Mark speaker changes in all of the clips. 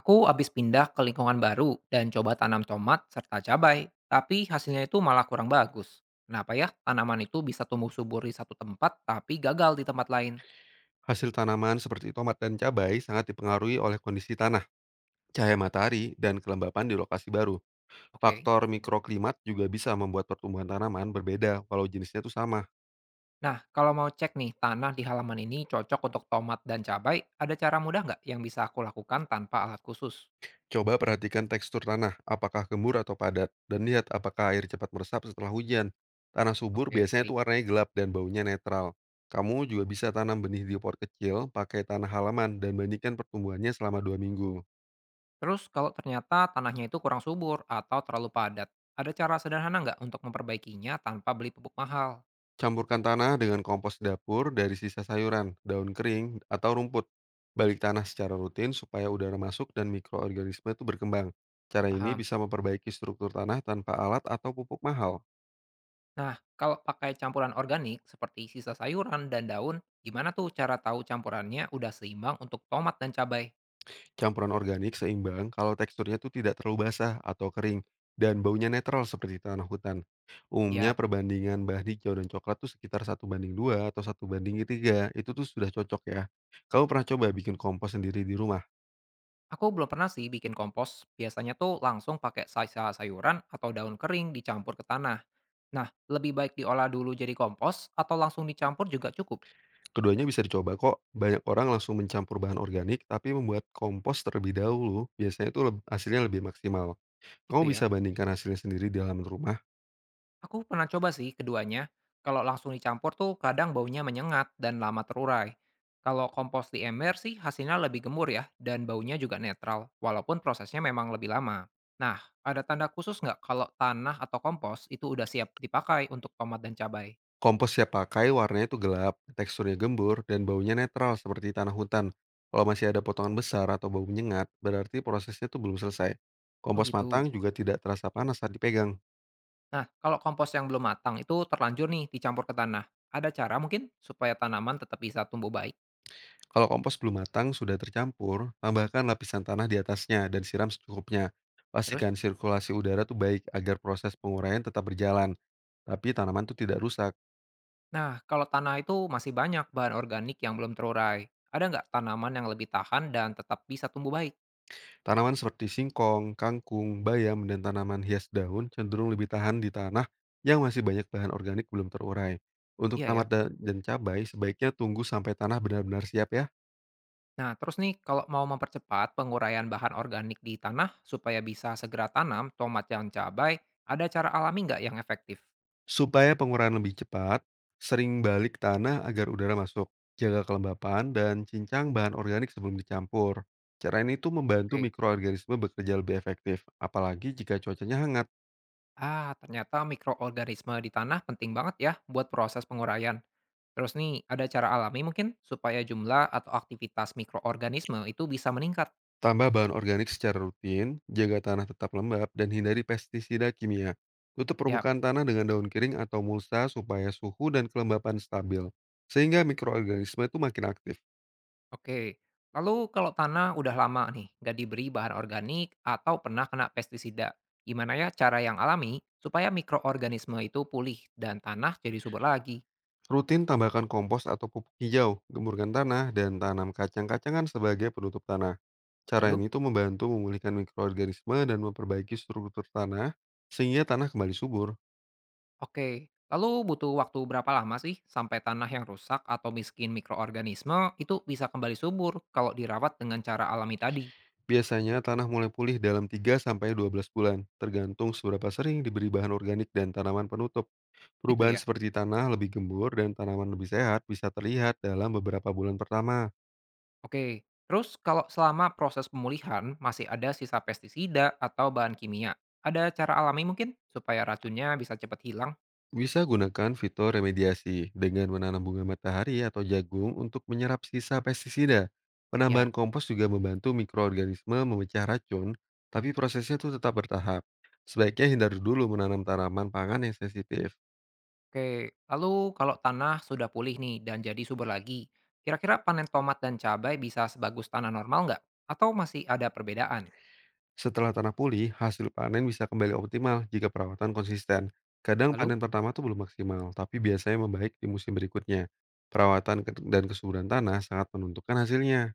Speaker 1: Aku habis pindah ke lingkungan baru dan coba tanam tomat serta cabai, tapi hasilnya itu malah kurang bagus. Kenapa ya tanaman itu bisa tumbuh subur di satu tempat tapi gagal di tempat lain?
Speaker 2: Hasil tanaman seperti tomat dan cabai sangat dipengaruhi oleh kondisi tanah, cahaya matahari, dan kelembapan di lokasi baru.
Speaker 1: Oke.
Speaker 2: Faktor mikroklimat juga bisa membuat pertumbuhan tanaman berbeda walau jenisnya itu sama.
Speaker 1: Nah, kalau mau cek nih tanah di halaman ini cocok untuk tomat dan cabai, ada cara mudah nggak yang bisa aku lakukan tanpa alat khusus?
Speaker 2: Coba perhatikan tekstur tanah, apakah gembur atau padat, dan lihat apakah air cepat meresap setelah hujan. Tanah subur
Speaker 1: Oke,
Speaker 2: biasanya itu
Speaker 1: baik.
Speaker 2: warnanya gelap dan baunya netral. Kamu juga bisa tanam benih di pot kecil, pakai tanah halaman, dan bandingkan pertumbuhannya selama 2 minggu.
Speaker 1: Terus kalau ternyata tanahnya itu kurang subur atau terlalu padat, ada cara sederhana nggak untuk memperbaikinya tanpa beli pupuk mahal?
Speaker 2: Campurkan tanah dengan kompos dapur dari sisa sayuran, daun kering, atau rumput. Balik tanah secara rutin supaya udara masuk dan mikroorganisme itu berkembang. Cara ini
Speaker 1: Paham.
Speaker 2: bisa memperbaiki struktur tanah tanpa alat atau pupuk mahal.
Speaker 1: Nah, kalau pakai campuran organik seperti sisa sayuran dan daun, gimana tuh cara tahu campurannya udah seimbang untuk tomat dan cabai?
Speaker 2: Campuran organik seimbang kalau teksturnya itu tidak terlalu basah atau kering dan baunya netral seperti tanah hutan. Umumnya
Speaker 1: Ya,
Speaker 2: perbandingan bahan hijau dan coklat tuh sekitar satu banding dua atau satu banding tiga. Itu tuh sudah cocok ya. Kamu pernah coba bikin kompos sendiri di rumah?
Speaker 1: aku belum pernah sih bikin kompos. Biasanya tuh langsung pakai sisa sayuran atau daun kering dicampur ke tanah. Nah, lebih baik diolah dulu jadi kompos atau langsung dicampur juga cukup.
Speaker 2: Keduanya bisa dicoba kok. Banyak orang langsung mencampur bahan organik, tapi membuat kompos terlebih dahulu. Biasanya itu hasilnya lebih maksimal. Kamu
Speaker 1: Gitu ya.
Speaker 2: bisa bandingkan hasilnya sendiri di halaman rumah.
Speaker 1: Aku pernah coba sih keduanya. Kalau langsung dicampur tuh kadang baunya menyengat dan lama terurai. Kalau kompos di ember sih hasilnya lebih gemur ya dan baunya juga netral walaupun prosesnya memang lebih lama. Nah, ada tanda khusus nggak kalau tanah atau kompos itu udah siap dipakai untuk tomat dan cabai?
Speaker 2: Kompos siap pakai, warnanya itu gelap, teksturnya gembur, dan baunya netral seperti tanah hutan. Kalau masih ada potongan besar atau bau menyengat, berarti prosesnya itu belum selesai.
Speaker 1: Oh
Speaker 2: Kompos
Speaker 1: gitu.
Speaker 2: matang juga tidak terasa panas saat dipegang.
Speaker 1: Nah, kalau kompos yang belum matang itu terlanjur nih dicampur ke tanah. Ada cara mungkin supaya tanaman tetap bisa tumbuh baik?
Speaker 2: Kalau kompos belum matang sudah tercampur, tambahkan lapisan tanah di atasnya dan siram secukupnya.
Speaker 1: Terus?
Speaker 2: Pastikan sirkulasi udara tuh baik agar proses penguraian tetap berjalan, tapi tanaman tuh tidak rusak.
Speaker 1: Nah, kalau tanah itu masih banyak bahan organik yang belum terurai, ada nggak tanaman yang lebih tahan dan tetap bisa tumbuh baik?
Speaker 2: Tanaman seperti singkong, kangkung, bayam, dan tanaman hias daun cenderung lebih tahan di tanah yang masih banyak bahan organik belum terurai. Untuk
Speaker 1: Iya ya.
Speaker 2: tamat dan cabai, sebaiknya tunggu sampai tanah benar-benar siap ya.
Speaker 1: Nah, terus nih, kalau mau mempercepat penguraian bahan organik di tanah supaya bisa segera tanam tomat dan cabai, ada cara alami nggak yang efektif?
Speaker 2: Supaya pengurahan lebih cepat, sering balik tanah agar udara masuk, jaga kelembapan, dan cincang bahan organik sebelum dicampur. Cara ini tuh membantu
Speaker 1: Oke.
Speaker 2: mikroorganisme bekerja lebih efektif, apalagi jika cuacanya hangat.
Speaker 1: Ah, ternyata mikroorganisme di tanah penting banget ya buat proses penguraian. Terus nih, ada cara alami mungkin supaya jumlah atau aktivitas mikroorganisme itu bisa meningkat.
Speaker 2: Tambah bahan organik secara rutin, jaga tanah tetap lembab, dan hindari pestisida kimia. Tutup
Speaker 1: Ya.
Speaker 2: permukaan tanah dengan daun kering atau mulsa supaya suhu dan kelembapan stabil, sehingga mikroorganisme itu makin aktif.
Speaker 1: Oke, lalu kalau tanah udah lama nih nggak diberi bahan organik atau pernah kena pestisida, gimana ya cara yang alami supaya mikroorganisme itu pulih dan tanah jadi subur lagi?
Speaker 2: Rutin tambahkan kompos atau pupuk hijau, gemburkan tanah, dan tanam kacang-kacangan sebagai penutup tanah. Cara
Speaker 1: Lalu,
Speaker 2: ini tuh membantu memulihkan mikroorganisme dan memperbaiki struktur tanah sehingga tanah kembali subur.
Speaker 1: oke, lalu butuh waktu berapa lama sih sampai tanah yang rusak atau miskin mikroorganisme itu bisa kembali subur kalau dirawat dengan cara alami tadi?
Speaker 2: Biasanya tanah mulai pulih dalam tiga sampai 12 bulan, tergantung seberapa sering diberi bahan organik dan tanaman penutup.
Speaker 1: Gitu
Speaker 2: Perubahan
Speaker 1: ya.
Speaker 2: seperti tanah lebih gembur dan tanaman lebih sehat bisa terlihat dalam beberapa bulan pertama.
Speaker 1: Oke, terus kalau selama proses pemulihan masih ada sisa pestisida atau bahan kimia, ada cara alami mungkin supaya racunnya bisa cepat hilang?
Speaker 2: Bisa gunakan fitur remediasi dengan menanam bunga matahari atau jagung untuk menyerap sisa pestisida. Penambahan
Speaker 1: Ya,
Speaker 2: kompos juga membantu mikroorganisme memecah racun, tapi prosesnya itu tetap bertahap. Sebaiknya hindari dulu menanam tanaman pangan yang sensitif.
Speaker 1: oke. Lalu kalau tanah sudah pulih nih dan jadi subur lagi, kira-kira panen tomat dan cabai bisa sebagus tanah normal nggak? Atau masih ada perbedaan?
Speaker 2: Setelah tanah pulih, hasil panen bisa kembali optimal jika perawatan konsisten. Kadang
Speaker 1: Lalu,
Speaker 2: panen pertama tuh belum maksimal, tapi biasanya membaik di musim berikutnya. Perawatan dan kesuburan tanah sangat menentukan hasilnya.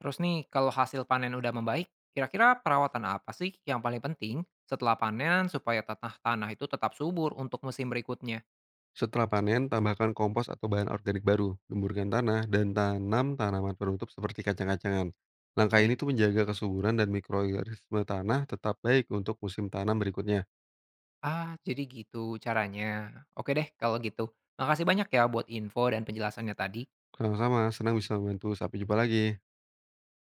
Speaker 1: terus nih kalau hasil panen udah membaik, kira-kira perawatan apa sih yang paling penting setelah panen supaya tanah tanah itu tetap subur untuk musim berikutnya?
Speaker 2: Setelah panen, tambahkan kompos atau bahan organik baru, gemburkan tanah, dan tanam tanaman penutup seperti kacang-kacangan. Langkah ini
Speaker 1: Baik.
Speaker 2: tuh menjaga kesuburan dan mikroorganisme tanah tetap baik untuk musim tanam berikutnya.
Speaker 1: Ah, jadi gitu caranya. Oke deh kalau gitu. Makasih banyak ya buat info dan penjelasannya tadi.
Speaker 2: Sama-sama, senang bisa membantu. Sampai jumpa lagi.